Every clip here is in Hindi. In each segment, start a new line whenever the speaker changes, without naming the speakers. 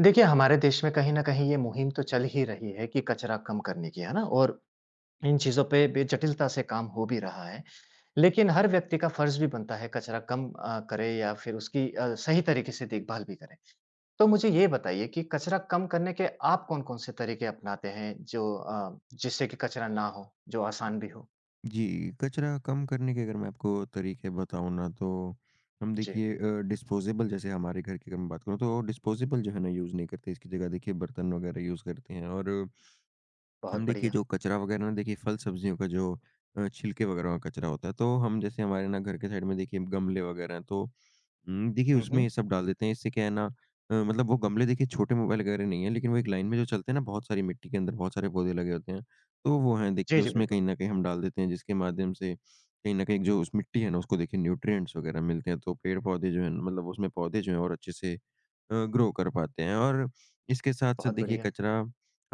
देखिए, हमारे देश में कहीं न कहीं ये मुहिम तो चल ही रही है कि कचरा कम करने की, है ना? और इन चीज़ों पे बे जटिलता से काम हो भी रहा है। लेकिन हर व्यक्ति का फ़र्ज़ भी बनता है कचरा कम करे या फिर उसकी सही तरीके से देखभाल भी करें। तो मुझे ये बताइए कि कचरा कम करने के आप कौन-कौन से तरीके अपनाते हैं जो जिससे कि कचरा ना हो, जो आसान भी हो?
जी, कचरा कम करने के अगर मैं आपको तरीके बताऊँ ना तो हम
जी,
देखिए डिस्पोज़ेबल जैसे हमारे घर की अगर मैं बात करूँ, तो डिस्पोज़ेबल जो है ना यूज़ नहीं करते। इसकी जगह देखिए बर्तन वग़ैरह यूज़ करते हैं। और हम
बहुत
देखिए
बढ़िया।
जो कचरा वग़ैरह ना, देखिए फल-सब्जियों का जो छिलके वग़ैरह का कचरा होता है, तो हम, जैसे हमारे ना घर के साइड में देखिए गमले वग़ैरह हैं, तो देखिए
हुँ,
उसमें
हुँ।
ये सब डाल देते हैं। इससे क्या है ना, मतलब वो गमले, देखिए छोटे मोबाइल वगैरह नहीं है, लेकिन वो एक लाइन में जो चलते हैं ना, बहुत सारी मिट्टी के अंदर बहुत सारे पौधे लगे होते हैं। तो वो हैं
जी,
देखिए,
जी,
उसमें कहीं
बिल्कुल।
न कहीं हम डाल देते हैं, जिसके माध्यम से कहीं न कहीं जो उस मिट्टी है ना, उसको देखिए न्यूट्रिएंट्स वगैरह मिलते हैं। तो पेड़-पौधे जो हैं, मतलब उसमें पौधे जो हैं और अच्छे से ग्रो कर पाते हैं। और इसके साथ-साथ
बहुत
देखिए,
बढ़िया।
कचरा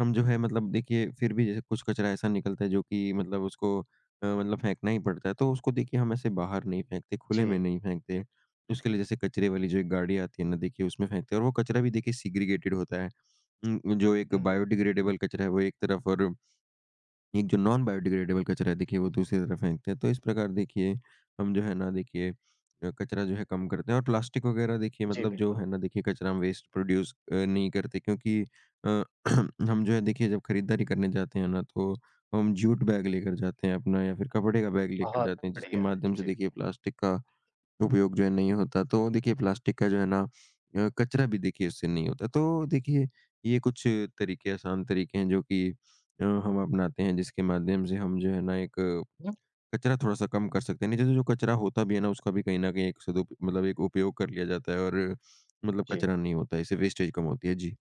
हम जो है, मतलब देखिए फिर भी जैसे कुछ कचरा ऐसा निकलता है जो कि मतलब उसको मतलब फेंकना ही पड़ता है, तो उसको देखिए हम ऐसे बाहर नहीं फेंकते,
जी।
खुले में नहीं फेंकते। उसके लिए जैसे कचरे वाली जो एक गाड़ी आती है ना, देखिए उसमें फेंकते हैं। और वो कचरा भी देखिए सेग्रीगेटेड होता है। जो एक
हुँ,
बायोडिग्रेडेबल कचरा है वो एक तरफ, और एक जो नॉन बायोडिग्रेडेबल कचरा है, देखिए वो दूसरी तरफ फेंकते हैं। तो इस प्रकार देखिए हम जो है ना, देखिए कचरा जो है कम करते हैं। और प्लास्टिक वगैरह देखिए,
जी,
मतलब जो
बिल्कुल।
है ना, देखिए कचरा हम वेस्ट प्रोड्यूस नहीं करते, क्योंकि हम जो है, देखिए जब खरीदारी करने जाते हैं ना, तो हम जूट बैग लेकर जाते हैं अपना, या फिर कपड़े का बैग लेकर
बहुत
जाते हैं, जिसके
बढ़िया। है।
माध्यम से
जी।
देखिए प्लास्टिक का उपयोग जो है नहीं होता। तो देखिए प्लास्टिक का जो है ना, कचरा भी देखिए उससे नहीं होता। तो देखिए ये कुछ तरीके, आसान तरीके हैं जो कि हम अपनाते हैं, जिसके माध्यम से हम जो है ना एक
हुँ,
कचरा थोड़ा-सा कम कर सकते हैं। नहीं, जैसे जो कचरा होता भी है ना, उसका भी कहीं न कहीं एक सदुप मतलब एक उपयोग कर लिया जाता है, और मतलब
जी।
कचरा नहीं होता है। इससे वेस्टेज कम होती है। जी।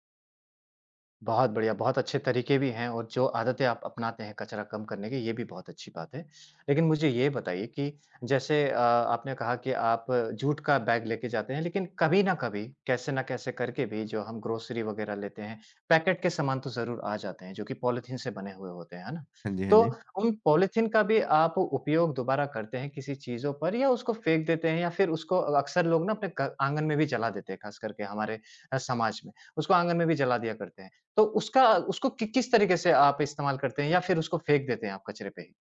बहुत बढ़िया, बहुत अच्छे तरीके भी हैं और जो आदतें आप अपनाते हैं कचरा कम करने की, ये भी बहुत अच्छी बात है। लेकिन मुझे ये बताइए कि जैसे आपने कहा कि आप जूट का बैग लेके जाते हैं, लेकिन कभी ना कभी, कैसे ना कैसे करके भी जो हम ग्रोसरी वगैरह लेते हैं, पैकेट के सामान तो ज़रूर आ जाते हैं, जो कि पॉलीथीन से बने हुए होते हैं, है ना?
हाँ जी, हाँ
तो
जी।
उन पॉलीथीन का भी आप उपयोग दोबारा करते हैं किसी चीज़ों पर या उसको फेंक देते हैं या फिर उसको अक्सर लोग ना अपने ग आँगन में भी जला देते हैं, खास करके हमारे समाज में। उसको आँगन में भी जला दिया करते हैं। तो उसका उसको कि किस तरीके से आप इस्तेमाल करते हैं या फिर उसको फेंक देते हैं आप कचरे पे ही?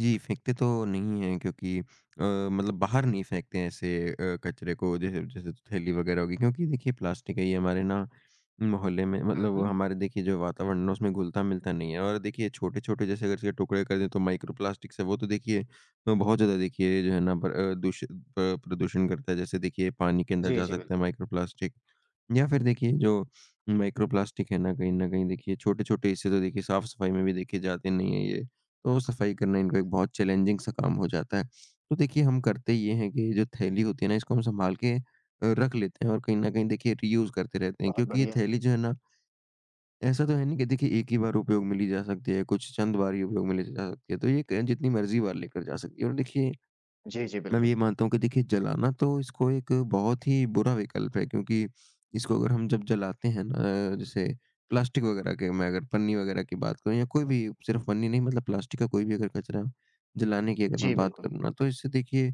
जी, फेंकते तो नहीं हैं, क्योंकि मतलब बाहर नहीं फेंकते हैं ऐसे कचरे को, जैसे जैसे थैली वगैरह होगी, क्योंकि देखिए प्लास्टिक है ये, हमारे ना मोहल्ले में,
हुँ,
मतलब वो
हुँ।
हमारे देखिए जो वातावरण है उसमें घुलता-मिलता नहीं है। और देखिए छोटे-छोटे जैसे अगर इसके टुकड़े कर दें तो माइक्रो प्लास्टिक्स है वो, तो देखिए बहुत ज़्यादा देखिए जो है ना, पर दूषि प प्रदूषण करता है। जैसे देखिए पानी के अंदर
जी,
जा
जी,
सकता है
बिल्कुल।
माइक्रो प्लास्टिक, या फिर देखिए जो माइक्रोप्लास्टिक है ना, कहीं न कहीं देखिए छोटे-छोटे हिस्से तो देखिए साफ-सफाई में भी देखिए जाते नहीं हैं ये। तो सफाई करना इनको
हुँ।
एक बहुत चैलेंजिंग सा काम हो जाता है। तो देखिए हम करते ये हैं कि जो थैली होती है ना, इसको हम सँभाल के रख लेते हैं, और कहीं न कहीं देखिए रीयूज़ करते रहते हैं।
बहुत
क्योंकि ये
बढ़िया।
थैली जो है ना, ऐसा तो है नहीं कि देखिए एक ही बार उपयोग में ली जा सकती है, कुछ चंद बार ही उपयोग में ली जा सकती है। तो ये क जितनी मर्ज़ी बार लेकर जा सकती है। और देखिए,
जी, जी,
मैं
बिल्कुल।
ये मानता हूँ कि देखिए जलाना तो इसको एक बहुत ही बुरा विकल्प है, क्योंकि इसको अगर हम जब जलाते हैं ना, जैसे
हुँ।
प्लास्टिक वगैरह के, मैं अगर पन्नी वगैरह की बात करूँ या कोई भी, सिर्फ पन्नी नहीं, मतलब प्लास्टिक का कोई भी अगर कचरा जलाने की अगर मैं
जी,
बात
बिल्कुल।
करूँ ना, तो इससे देखिए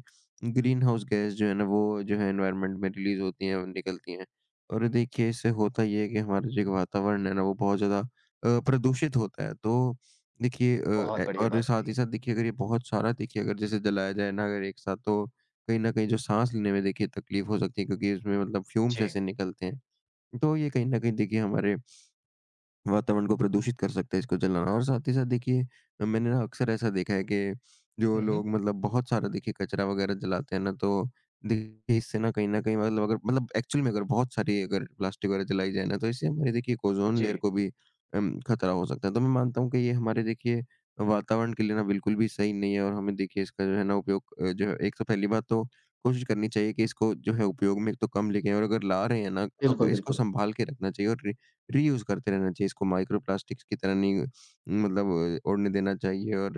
ग्रीन हाउस गैस जो है ना, वो जो है एनवायरनमेंट में रिलीज होती हैं और निकलती हैं। और देखिए इससे होता ये है कि हमारा जो एक वातावरण है ना, वो बहुत ज़्यादा प्रदूषित होता है। तो देखिए अ,
बहुत
ए
बढ़िया
और
बात
साथ ही
कही।
साथ देखिए, अगर ये बहुत सारा देखिए अगर जैसे जलाया जाए ना अगर एक साथ, तो कहीं न कहीं जो साँस लेने में देखिए तकलीफ़ हो सकती है, क्योंकि इसमें मतलब फ्यूम्स
जी।
ऐसे निकलते हैं। तो ये कहीं न कहीं देखिए हमारे वातावरण को प्रदूषित कर सकता है इसको जलाना। और साथ ही साथ देखिए, मैंने ना अक्सर ऐसा देखा है कि जो
हुँ, हुँ।
लोग मतलब बहुत सारा देखिए कचरा वगैरह जलाते हैं ना, तो देखिए इससे ना कहीं मतलब, अगर मतलब एक्चुअल में अगर बहुत सारी अगर प्लास्टिक वगैरह जलाई जाए ना, तो इससे हमारे देखिए ओजोन
जी।
लेयर को भी खतरा हो सकता है। तो मैं मानता हूँ कि ये हमारे देखिए वातावरण के लिए ना बिल्कुल भी सही नहीं है। और हमें देखिए इसका जो है ना उपयोग, जो है, एक तो पहली बात तो कोशिश करनी चाहिए कि इसको जो है उपयोग में एक तो कम लेके आएं, और अगर ला रहे हैं ना, तो
बिल्कुल,
इसको
बिल्कुल।
संभाल के रखना चाहिए और रीयूज़ करते रहना चाहिए। इसको माइक्रो प्लास्टिक्स की तरह नहीं मतलब उड़ने देना चाहिए। और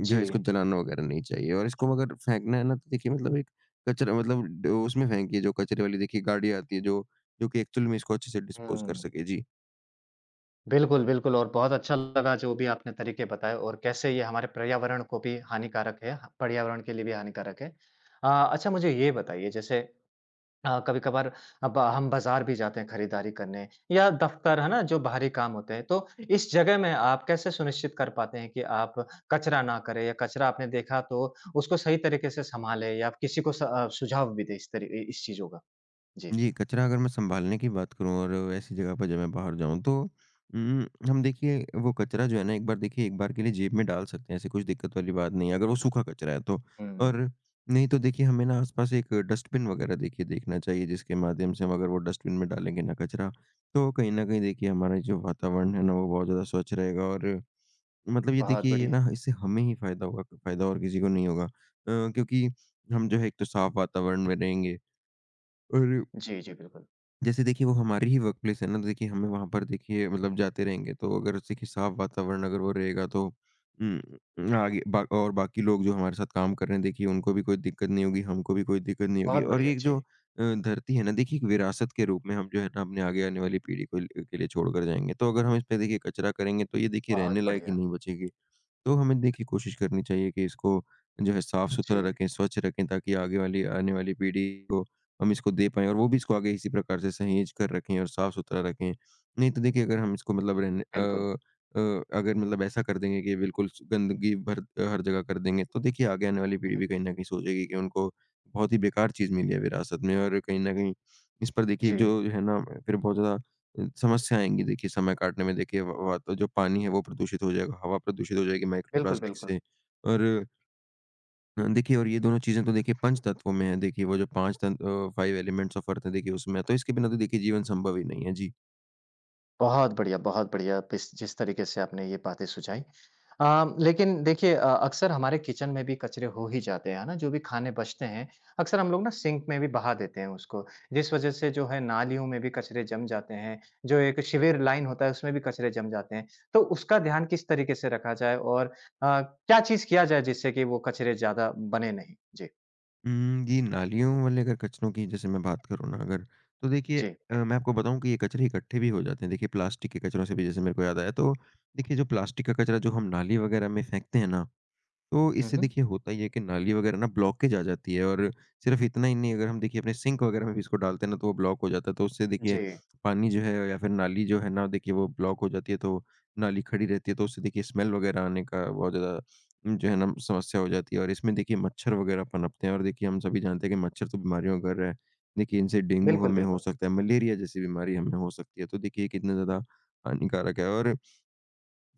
जो
जी।
है इसको जलाना वगैरह नहीं चाहिए, और इसको अगर फेंकना है ना, तो देखिए मतलब एक कचरा, मतलब ड उसमें फेंकिए, जो कचरे वाली देखिए गाड़ी आती है, जो जो कि एक्चुअल में इसको अच्छे से डिस्पोज़ कर
हुँ।
सके। जी।
बिल्कुल, बिल्कुल और बहुत अच्छा लगा जो भी आपने तरीके बताए और कैसे ये हमारे पर्यावरण को भी हानिकारक है, पर्यावरण के लिए भी हानिकारक है। अच्छा मुझे ये बताइए जैसे कभी-कभार अब हम बाज़ार भी जाते हैं खरीदारी करने या दफ़्तर, है ना? जो बाहरी काम होते हैं, तो इस जगह में आप कैसे सुनिश्चित कर पाते हैं कि आप कचरा ना करें या कचरा आपने देखा तो उसको सही तरीके से सँभालें या आप किसी को सुझाव भी दें इस तरी इ इस चीज़ों का? जी।
जी, कचरा अगर मैं सँभालने की बात करूँ, और ऐसी जगह पर जब मैं बाहर जाऊँ, तो उम, हम देखिए वो कचरा जो है ना, एक बार देखिए एक बार के लिए जेब में डाल सकते हैं, ऐसी कुछ दिक्कत वाली बात नहीं है, अगर वो सूखा कचरा है तो।
हुँ,
और नहीं तो देखिए हमें ना आस-पास एक डस्टबिन वग़ैरह देखिए देखना चाहिए, जिसके माध्यम से हम अगर वो डस्टबिन में डालेंगे ना कचरा, तो कहीं न कहीं देखिए हमारा जो वातावरण है ना, वो बहुत ज़्यादा स्वच्छ रहेगा। और मतलब ये
बहुत
देखिए, ये
बढ़िया।
ना, इससे हमें ही फ़ायदा होगा, फ़ायदा और किसी को नहीं होगा। क्योंकि हम जो है एक तो साफ़ वातावरण में रहेंगे। और
जी, जी, बिल्कुल।
जैसे देखिए वो हमारी ही वर्क प्लेस है ना, तो देखिए हमें वहाँ पर देखिए मतलब जाते रहेंगे, तो अगर देखिए साफ वातावरण अगर वो रहेगा, तो उम, आगे बा और बाकी लोग जो हमारे साथ काम कर रहे हैं, देखिए उनको भी कोई दिक्कत नहीं होगी, हमको भी कोई दिक्कत नहीं होगी।
बहुत
और
बढ़िया,
ये एक जो
जी।
धरती है ना, देखिए एक विरासत के रूप में हम जो है ना अपने आगे आने वाली पीढ़ी को ल के लिए छोड़ कर जाएँगे। तो अगर हम इस पे देखिए कचरा करेंगे, तो ये देखिए रहने
बहुत
लायक ही
बढ़िया।
नहीं बचेगी। तो हमें देखिए कोशिश करनी चाहिए कि इसको जो है साफ-सुथरा
जी,
रखें, स्वच्छ रखें, ताकि आगे वाली आने वाली पीढ़ी को हम इसको दे पाएँ, और वो भी इसको आगे इसी प्रकार से सहेज कर रखें और साफ-सुथरा रखें। नहीं तो देखिए, अगर हम इसको मतलब रहने
बिल्कुल।
अ, अगर मतलब ऐसा कर देंगे कि बिल्कुल स गंदगी भर हर जगह कर देंगे, तो देखिए आगे आने वाली
हुँ,
पीढ़ी
हुँ।
भी कहीं न कहीं सोचेगी कि उनको बहुत ही बेकार चीज़ मिली है विरासत में। और कहीं न कहीं इस पर देखिए जो
जी,
है ना, फिर बहुत ज़्यादा समस्या आएँगी। देखिए समय काटने में देखिए व वा तो जो पानी है वो प्रदूषित हो जाएगा, हवा प्रदूषित हो जाएगी माइक्रो
बिल्कुल,
प्लास्टिक
बिल्कुल।
से। और देखिए, और ये दोनों चीज़ें तो देखिए पंच तत्वों में है, देखिए वो जो 5 5 एलिमेंट्स ऑफ अर्थ है, देखिए उसमें है, तो इसके बिना तो देखिए जीवन संभव ही नहीं है। जी।
बहुत बढ़िया पिस जिस तरीके से आपने ये बातें सुझाई। लेकिन देखिए अक्सर हमारे किचन में भी कचरे हो ही जाते हैं, है ना? जो भी खाने बचते हैं, अक्सर हम लोग ना सिंक में भी बहा देते हैं उसको, जिस वजह से जो है नालियों में भी कचरे जम जाते हैं, जो एक सीवर लाइन होता है उसमें भी कचरे जम जाते हैं। तो उसका ध्यान किस तरीके से रखा जाए और क्या चीज़ किया जाए जिससे कि वो कचरे ज़्यादा बने नहीं? जी,
ये नालियों वाले अगर कचरों की जैसे मैं बात करूँ ना अगर, तो देखिए
जी।
मैं आपको बताऊँ कि ये कचरे इकट्ठे भी हो जाते हैं देखिए, प्लास्टिक के कचरों से भी, जैसे मेरे को याद आया, तो देखिए जो प्लास्टिक का कचरा जो हम नाली वगैरह में फेंकते हैं ना, तो
हुँ,
इससे
हुँ।
देखिए होता ये है कि नाली वगैरह ना ब्लॉकेज आ जाती है। और सिर्फ इतना ही नहीं, अगर हम देखिए अपने सिंक वगैरह में भी इसको डालते हैं ना, तो वो ब्लॉक हो जाता है, तो उससे
जी,
देखिए पानी जो है, या फिर नाली जो है ना, देखिए वो ब्लॉक हो जाती है, तो नाली खड़ी रहती है, तो उससे देखिए स्मेल वगैरह आने का बहुत ज़्यादा जो है ना, समस्या हो जाती है। और इसमें देखिए मच्छर वगैरह पनपते हैं, और देखिए हम सभी जानते हैं कि मच्छर तो बीमारियों का घर है। देखिए इनसे डेंगू
बिल्कुल,
हमें हो
बिल्कुल।
सकता है, मलेरिया जैसी बीमारी हमें हो सकती है, तो देखिए कितना ज़्यादा हानिकारक है। और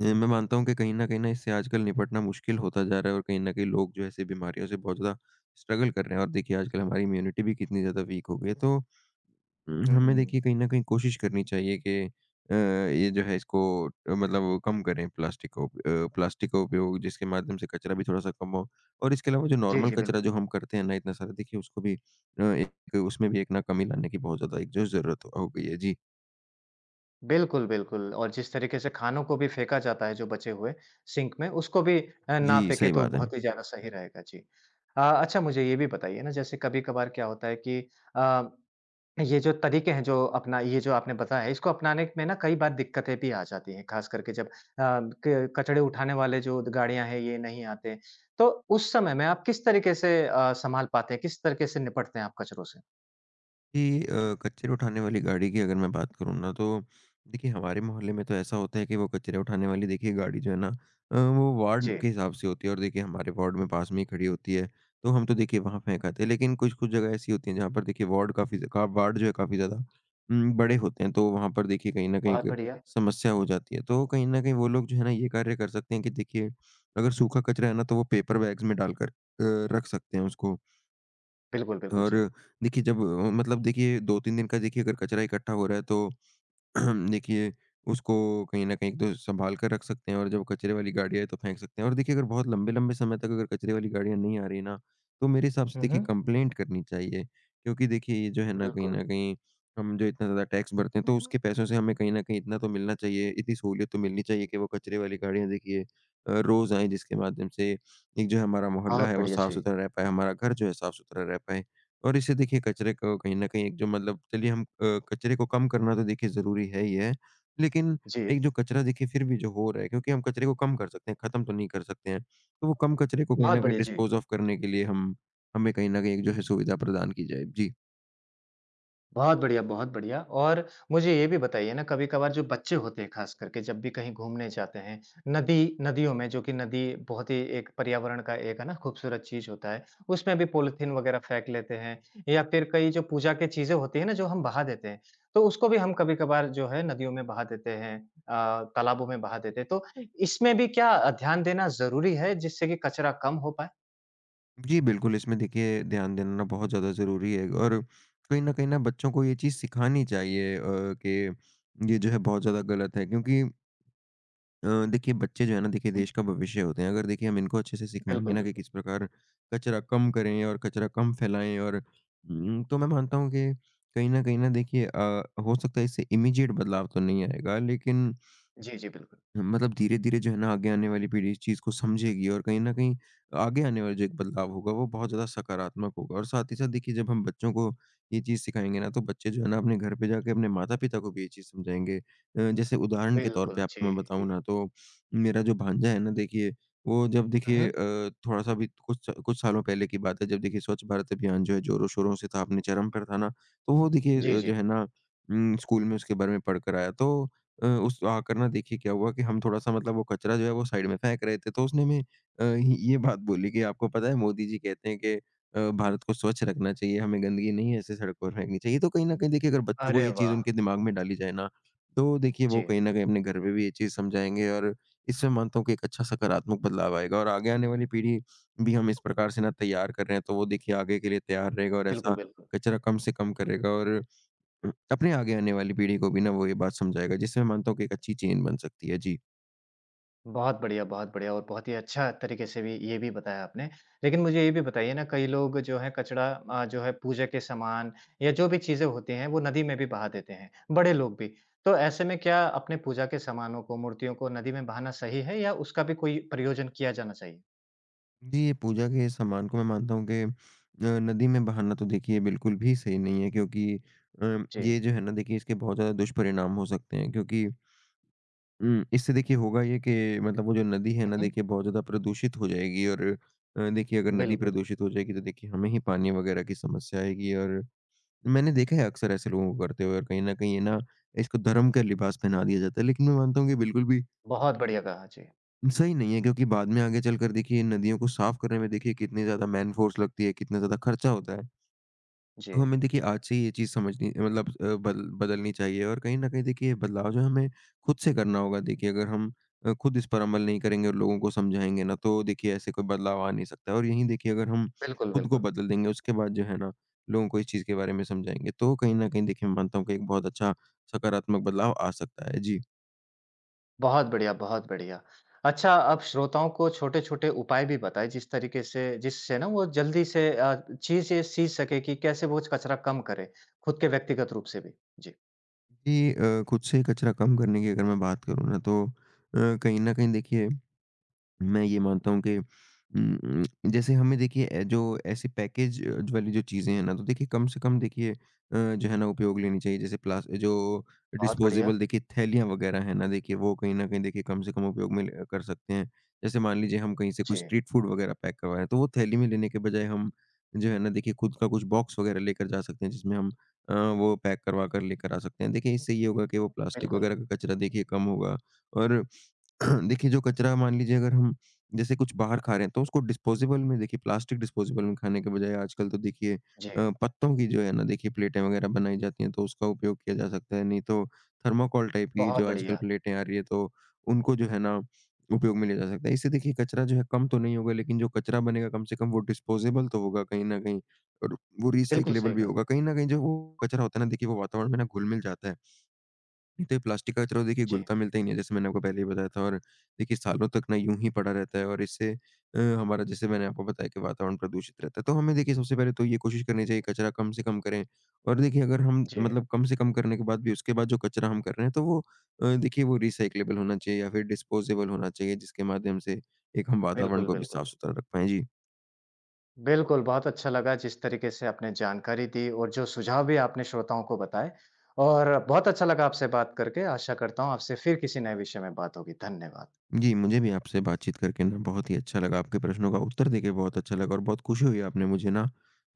मैं मानता हूँ कि कहीं न इससे आजकल निपटना मुश्किल होता जा रहा है, और कहीं न कहीं लोग जो है ऐसी बीमारियों से बहुत ज़्यादा स्ट्रगल कर रहे हैं। और देखिए आजकल हमारी इम्यूनिटी भी कितनी ज़्यादा वीक हो गई है। तो हमें
हुँ,
देखिए कहीं न कहीं कोशिश करनी चाहिए कि ये जो है इसको अ, मतलब वो कम करें, प्लास्टिक का उपयोग, जिसके माध्यम से कचरा भी थोड़ा-सा कम हो। और इसके अलावा जो
जी,
नॉर्मल
जी,
कचरा
बिल्कुल।
जो हम करते हैं ना इतना सारा देखिए उसको भी एक उसमें भी एक ना कमी लाने की बहुत ज़्यादा एक जो ज़रूरत हो गई है। जी।
बिल्कुल, बिल्कुल और जिस तरीके से खानों को भी फेंका जाता है जो बचे हुए सिंक में, उसको भी ना
जी,
फेंके
सही
तो
बात है।
बहुत ही ज़्यादा सही रहेगा। जी। अच्छा मुझे ये भी बताइए ना जैसे कभी-कभार क्या होता है कि अ, ये जो तरीके हैं जो अपना ये जो आपने बताया है इसको अपनाने में ना कई बार दिक्कतें भी आ जाती हैं, ख़ास करके जब क कचड़े उठाने वाले जो गाड़ियाँ हैं ये नहीं आते। तो उस समय में आप किस तरीके से सँभाल पाते हैं, किस तरीके से निपटते हैं आप कचरों से?
ये कचरे उठाने वाली गाड़ी की अगर मैं बात करूँ ना, तो देखिए हमारे मोहल्ले में तो ऐसा होता है कि वो कचरे उठाने वाली देखिए गाड़ी जो है ना, वो वार्ड
जी,
के हिसाब से होती है, और देखिए हमारे वार्ड में पास में ही खड़ी होती है। तो हम तो देखिए वहाँ फेंक आते हैं, लेकिन कुछ कुछ जगह ऐसी होती हैं जहाँ पर देखिए वार्ड जो है काफ़ी ज़्यादा बड़े होते हैं, तो वहाँ पर देखिए कहीं न कहीं
बहुत
एक
बढ़िया।
समस्या हो जाती है। तो कहीं न कहीं वो लोग जो है ना ये कार्य कर सकते हैं कि देखिए, अगर सूखा कचरा है ना, तो वो पेपर बैग्स में डालकर रख सकते हैं उसको।
बिल्कुल, बिल्कुल,
और
जी।
देखिए जब मतलब देखिए 2-3 दिन का देखिए अगर कचरा इकट्ठा हो रहा है, तो देखिए उसको कहीं न कहीं तो सँभाल कर रख सकते हैं, और जब कचरे वाली गाड़ी आए तो फेंक सकते हैं। और देखिए अगर बहुत लंबे-लंबे समय तक अगर कचरे वाली गाड़ियाँ नहीं आ रही ना, तो मेरे हिसाब से
हुँ,
देखिए
हुँ।
कंप्लेंट करनी चाहिए। क्योंकि देखिए ये जो है ना कहीं
बिल्कुल।
न कहीं, हम जो इतना ज़्यादा टैक्स भरते हैं, तो उसके पैसों से हमें कहीं न कहीं इतना तो मिलना चाहिए, इतनी सहूलियत तो मिलनी चाहिए कि वो कचरे वाली गाड़ियाँ देखिए रोज़ आएँ, जिसके माध्यम से एक जो है हमारा मोहल्ला
बहुत
है वो
बढ़िया, जी।
साफ़-सुथरा रह पाए, हमारा घर जो है साफ़-सुथरा रह पाए। और इससे देखिए कचरे को कहीं न कहीं एक जो मतलब, चलिए हम, कचरे को कम करना तो देखिए ज़रूरी है ही है। लेकिन
जी,
एक जो कचरा देखिए फिर भी जो हो रहा है, क्योंकि हम कचरे को कम कर सकते हैं, ख़त्म तो नहीं कर सकते हैं। तो वो कम कचरे को कहीं न कहीं
जी।
डिस्पोज़ ऑफ करने के लिए हम हमें कहीं न कहीं एक जो है सुविधा प्रदान की जाए। जी।
बहुत बढ़िया और मुझे ये भी बताइए ना कभी-कभार जो बच्चे होते हैं ख़ास करके जब भी कहीं घूमने जाते हैं, नदी नदियों में जो कि नदी बहुत ही एक पर्यावरण का एक है ना खूबसूरत चीज़ होता है, उसमें भी पॉलीथीन वग़ैरह फेंक लेते हैं या फिर कई जो पूजा की चीज़ें होती हैं ना जो हम बहा देते हैं, तो उसको भी हम कभी-कभार जो है नदियों में बहा देते हैं तालाबों में बहा देते हैं। तो इसमें भी क्या ध्यान देना ज़रूरी है जिससे कि कचरा कम हो पाए?
जी, बिल्कुल, इसमें देखिए ध्यान देना ना बहुत ज़्यादा ज़रूरी है, और कहीं न कहीं ना बच्चों को ये चीज़ सिखानी चाहिए कि ये जो है बहुत ज़्यादा गलत है। क्योंकि देखिए बच्चे जो है ना देखिए
हुँ,
देश का भविष्य होते हैं। अगर देखिए हम इनको अच्छे से सिखाएँगे
बिल्कुल,
ना कि
बिल्कुल।
किस प्रकार कचरा कम करें और कचरा कम फैलाएँ, और तो मैं मानता हूँ कि कहीं न देखिए, हो सकता है इससे इमीडिएट बदलाव तो नहीं आएगा, लेकिन
जी, जी, बिल्कुल।
मतलब धीरे-धीरे जो है ना आगे आने वाली पीढ़ी इस चीज़ को समझेगी, और कहीं न कहीं आगे आने वाला जो एक बदलाव होगा वो बहुत ज़्यादा सकारात्मक होगा। और साथ ही साथ देखिए जब हम बच्चों को ये चीज़ सिखाएँगे ना, तो बच्चे जो है ना अपने घर पे जाके अपने माता-पिता को भी ये चीज़ समझाएँगे। जैसे उदाहरण के तौर
बिल्कुल,
पे
जी।
आपको मैं बताऊँ ना, तो मेरा जो भांजा है ना, देखिए वो जब
हुँ,
देखिए
हुँ।
थोड़ा-सा अभी, कुछ कुछ सालों पहले की बात है, जब देखिए स्वच्छ भारत अभियान जो है ज़ोरों-शोरों से था, अपने चरम पर था ना, तो वो देखिए
जी, जी।
जो है ना, स्कूल में उसके बारे में पढ़ कर आया। तो उस आकर ना देखिए क्या हुआ कि हम थोड़ा-सा, मतलब वो कचरा जो है वो साइड में फेंक रहे थे, तो उसने हमें ये बात बोली कि आपको पता है मोदी जी कहते हैं कि भारत को स्वच्छ रखना चाहिए, हमें गंदगी नहीं ऐसे सड़कों पर फेंकनी चाहिए। तो कहीं न कहीं देखिए अगर बच्चों को
अरे
ये चीज़
वाह!
उनके दिमाग में डाली जाए ना, तो देखिए
जी,
वो कहीं न कहीं अपने घर में भी ये चीज़ समझाएँगे, और इससे मानता हूँ कि एक अच्छा सकारात्मक बदलाव आएगा, और आगे आने वाली पीढ़ी भी हम इस प्रकार से ना तैयार कर रहे हैं, तो वो देखिए आगे के लिए तैयार रहेगा और
बिल्कुल,
ऐसा
बिल्कुल।
कचरा कम से कम करेगा, और अपने आगे आने वाली पीढ़ी को भी ना वो ये बात समझाएगा, जिससे मैं मानता हूँ कि एक अच्छी चेन बन सकती है। जी।
बहुत बढ़िया और बहुत ही अच्छा तरीके से भी ये भी बताया आपने। लेकिन मुझे ये भी बताइए ना कई लोग जो है जो है पूजा के सामान या जो भी चीज़ें होती हैं वो नदी में भी बहा देते हैं, बड़े लोग भी। तो ऐसे में क्या अपने पूजा के सामानों को, मूर्तियों को नदी में बहाना सही है या उसका भी कोई प्रयोजन किया जाना चाहिए?
जी, ये पूजा के सामान को मैं मानता हूँ कि नदी में बहाना तो देखिए बिल्कुल भी सही नहीं है। क्योंकि
जी।
ये जो है ना देखिए इसके बहुत ज़्यादा दुष्परिणाम हो सकते हैं। क्योंकि इससे देखिए होगा ये कि मतलब वो जो नदी है
हुँ,
ना
हुँ।
देखिए बहुत ज़्यादा प्रदूषित हो जाएगी, और देखिए अगर नदी
बिल्कुल,
प्रदूषित हो जाएगी, तो देखिए हमें ही पानी वगैरह की समस्या आएगी। और मैंने देखा है अक्सर ऐसे लोगों को करते हुए, और कहीं न कहीं ये ना, इसको धर्म का लिबास पहना दिया जाता है। लेकिन मैं मानता हूँ कि बिल्कुल भी
बहुत बढ़िया कहा। जी,
सही नहीं है, क्योंकि बाद में आगे चलकर देखिए इन नदियों को साफ करने में देखिए कितनी ज़्यादा मैनफ़ोर्स लगती है, कितना ज़्यादा खर्चा होता है।
जी।
तो हमें देखिए आज से ही ये चीज़ समझनी, मतलब बदलनी चाहिए, और कहीं न कहीं देखिए ये बदलाव जो है हमें खुद से करना होगा। देखिए अगर हम खुद इस पर अमल नहीं करेंगे और लोगों को समझाएँगे ना, तो देखिए ऐसे कोई बदलाव आ नहीं सकता। और यहीं देखिए अगर हम
बिल्कुल,
खुद को
बिल्कुल।
बदल देंगे, उसके बाद जो है ना लोगों को इस चीज़ के बारे में समझाएँगे, तो कहीं न कहीं देखिए मैं मानता हूँ कि एक बहुत अच्छा सकारात्मक बदलाव आ सकता है। जी।
बहुत बढ़िया, बहुत बढ़िया। अच्छा, आप श्रोताओं को छोटे-छोटे उपाय भी बताएँ जिस तरीके से जिससे ना वो जल्दी से चीज़ें सीख सकें कि कैसे वो कचरा कम करें, खुद के व्यक्तिगत रूप से भी? जी,
जी, खुद से कचरा कम करने की अगर मैं बात करूँ ना, तो कहीं न कहीं देखिए मैं ये मानता हूँ कि जैसे हमें देखिए जो ऐसे पैकेज वाली जो चीज़ें हैं ना, तो देखिए कम से कम देखिए जो है ना उपयोग लेनी चाहिए। जैसे प्लास जो
बहुत बढ़िया।
डिस्पोज़ेबल देखिए थैलियाँ वग़ैरह हैं ना, देखिए वो कहीं न कहीं देखिए कम से कम उपयोग में ल कर सकते हैं। जैसे मान लीजिए हम कहीं से कोई
जी,
स्ट्रीट फूड वग़ैरह पैक करवा रहे हैं, तो वो थैली में लेने के बजाय हम जो है ना देखिए खुद का कुछ बॉक्स वग़ैरह लेकर जा सकते हैं, जिसमें हम वो पैक करवा कर लेकर आ सकते हैं। देखिए इससे ये होगा कि वो प्लास्टिक
बिल्कुल।
वग़ैरह का कचरा देखिए कम होगा। और देखिए जो कचरा मान लीजिए, अगर हम जैसे कुछ बाहर खा रहे हैं, तो उसको डिस्पोजेबल में देखिए, प्लास्टिक डिस्पोजेबल में खाने के बजाय आजकल तो देखिए
जी,
पत्तों की जो है ना देखिए प्लेटें वगैरह बनाई जाती हैं, तो उसका उपयोग किया जा सकता है। नहीं तो थर्माकोल टाइप की
बहुत
जो आजकल
बढ़िया।
प्लेटें आ रही है, तो उनको जो है ना उपयोग में लिया जा सकता है। इससे देखिए कचरा जो है कम तो नहीं होगा, लेकिन जो कचरा बनेगा, कम से कम वो डिस्पोजेबल तो होगा कहीं ना कहीं, और वो
बिल्कुल
रिसाइकलेबल
सही
भी
कहा।
होगा कहीं ना कहीं। जो वो कचरा होता है ना देखिए वो वातावरण में ना घुल मिल जाता है, नहीं तो ये प्लास्टिक का कचरा तो देखिए
जी,
घुलता-मिलता ही नहीं है, जैसे मैंने आपको पहले ही बताया था। और देखिए सालों तक ना यूँ ही पड़ा रहता है, और इससे हमारा, जैसे मैंने आपको बताया, कि वातावरण प्रदूषित रहता है। तो हमें देखिए सबसे पहले तो ये कोशिश करनी चाहिए कचरा कम से कम करें, और देखिए अगर हम,
जी,
मतलब कम से कम करने के बाद भी उसके बाद जो कचरा हम कर रहे हैं, तो वो देखिए वो रिसाइक्लेबल होना चाहिए या फिर डिस्पोज़ेबल होना चाहिए, जिसके माध्यम से एक हम वातावरण
बिल्कुल,
को भी
बिल्कुल।
साफ-सुथरा रख पाएँ। जी।
बिल्कुल, बहुत अच्छा लगा जिस तरीके से आपने जानकारी दी और जो सुझाव भी आपने श्रोताओं को बताए और बहुत अच्छा लगा आपसे बात करके। आशा करता हूँ आपसे फिर किसी नए विषय में बात होगी। धन्यवाद।
जी, मुझे भी आपसे बातचीत करके ना बहुत ही अच्छा लगा। आपके प्रश्नों का उत्तर देके बहुत अच्छा लगा, और बहुत खुशी हुई आपने मुझे ना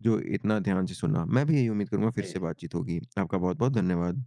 जो इतना ध्यान से सुना। मैं भी यही उम्मीद करूँगा फिर
जी।
से बातचीत होगी। आपका बहुत-बहुत धन्यवाद।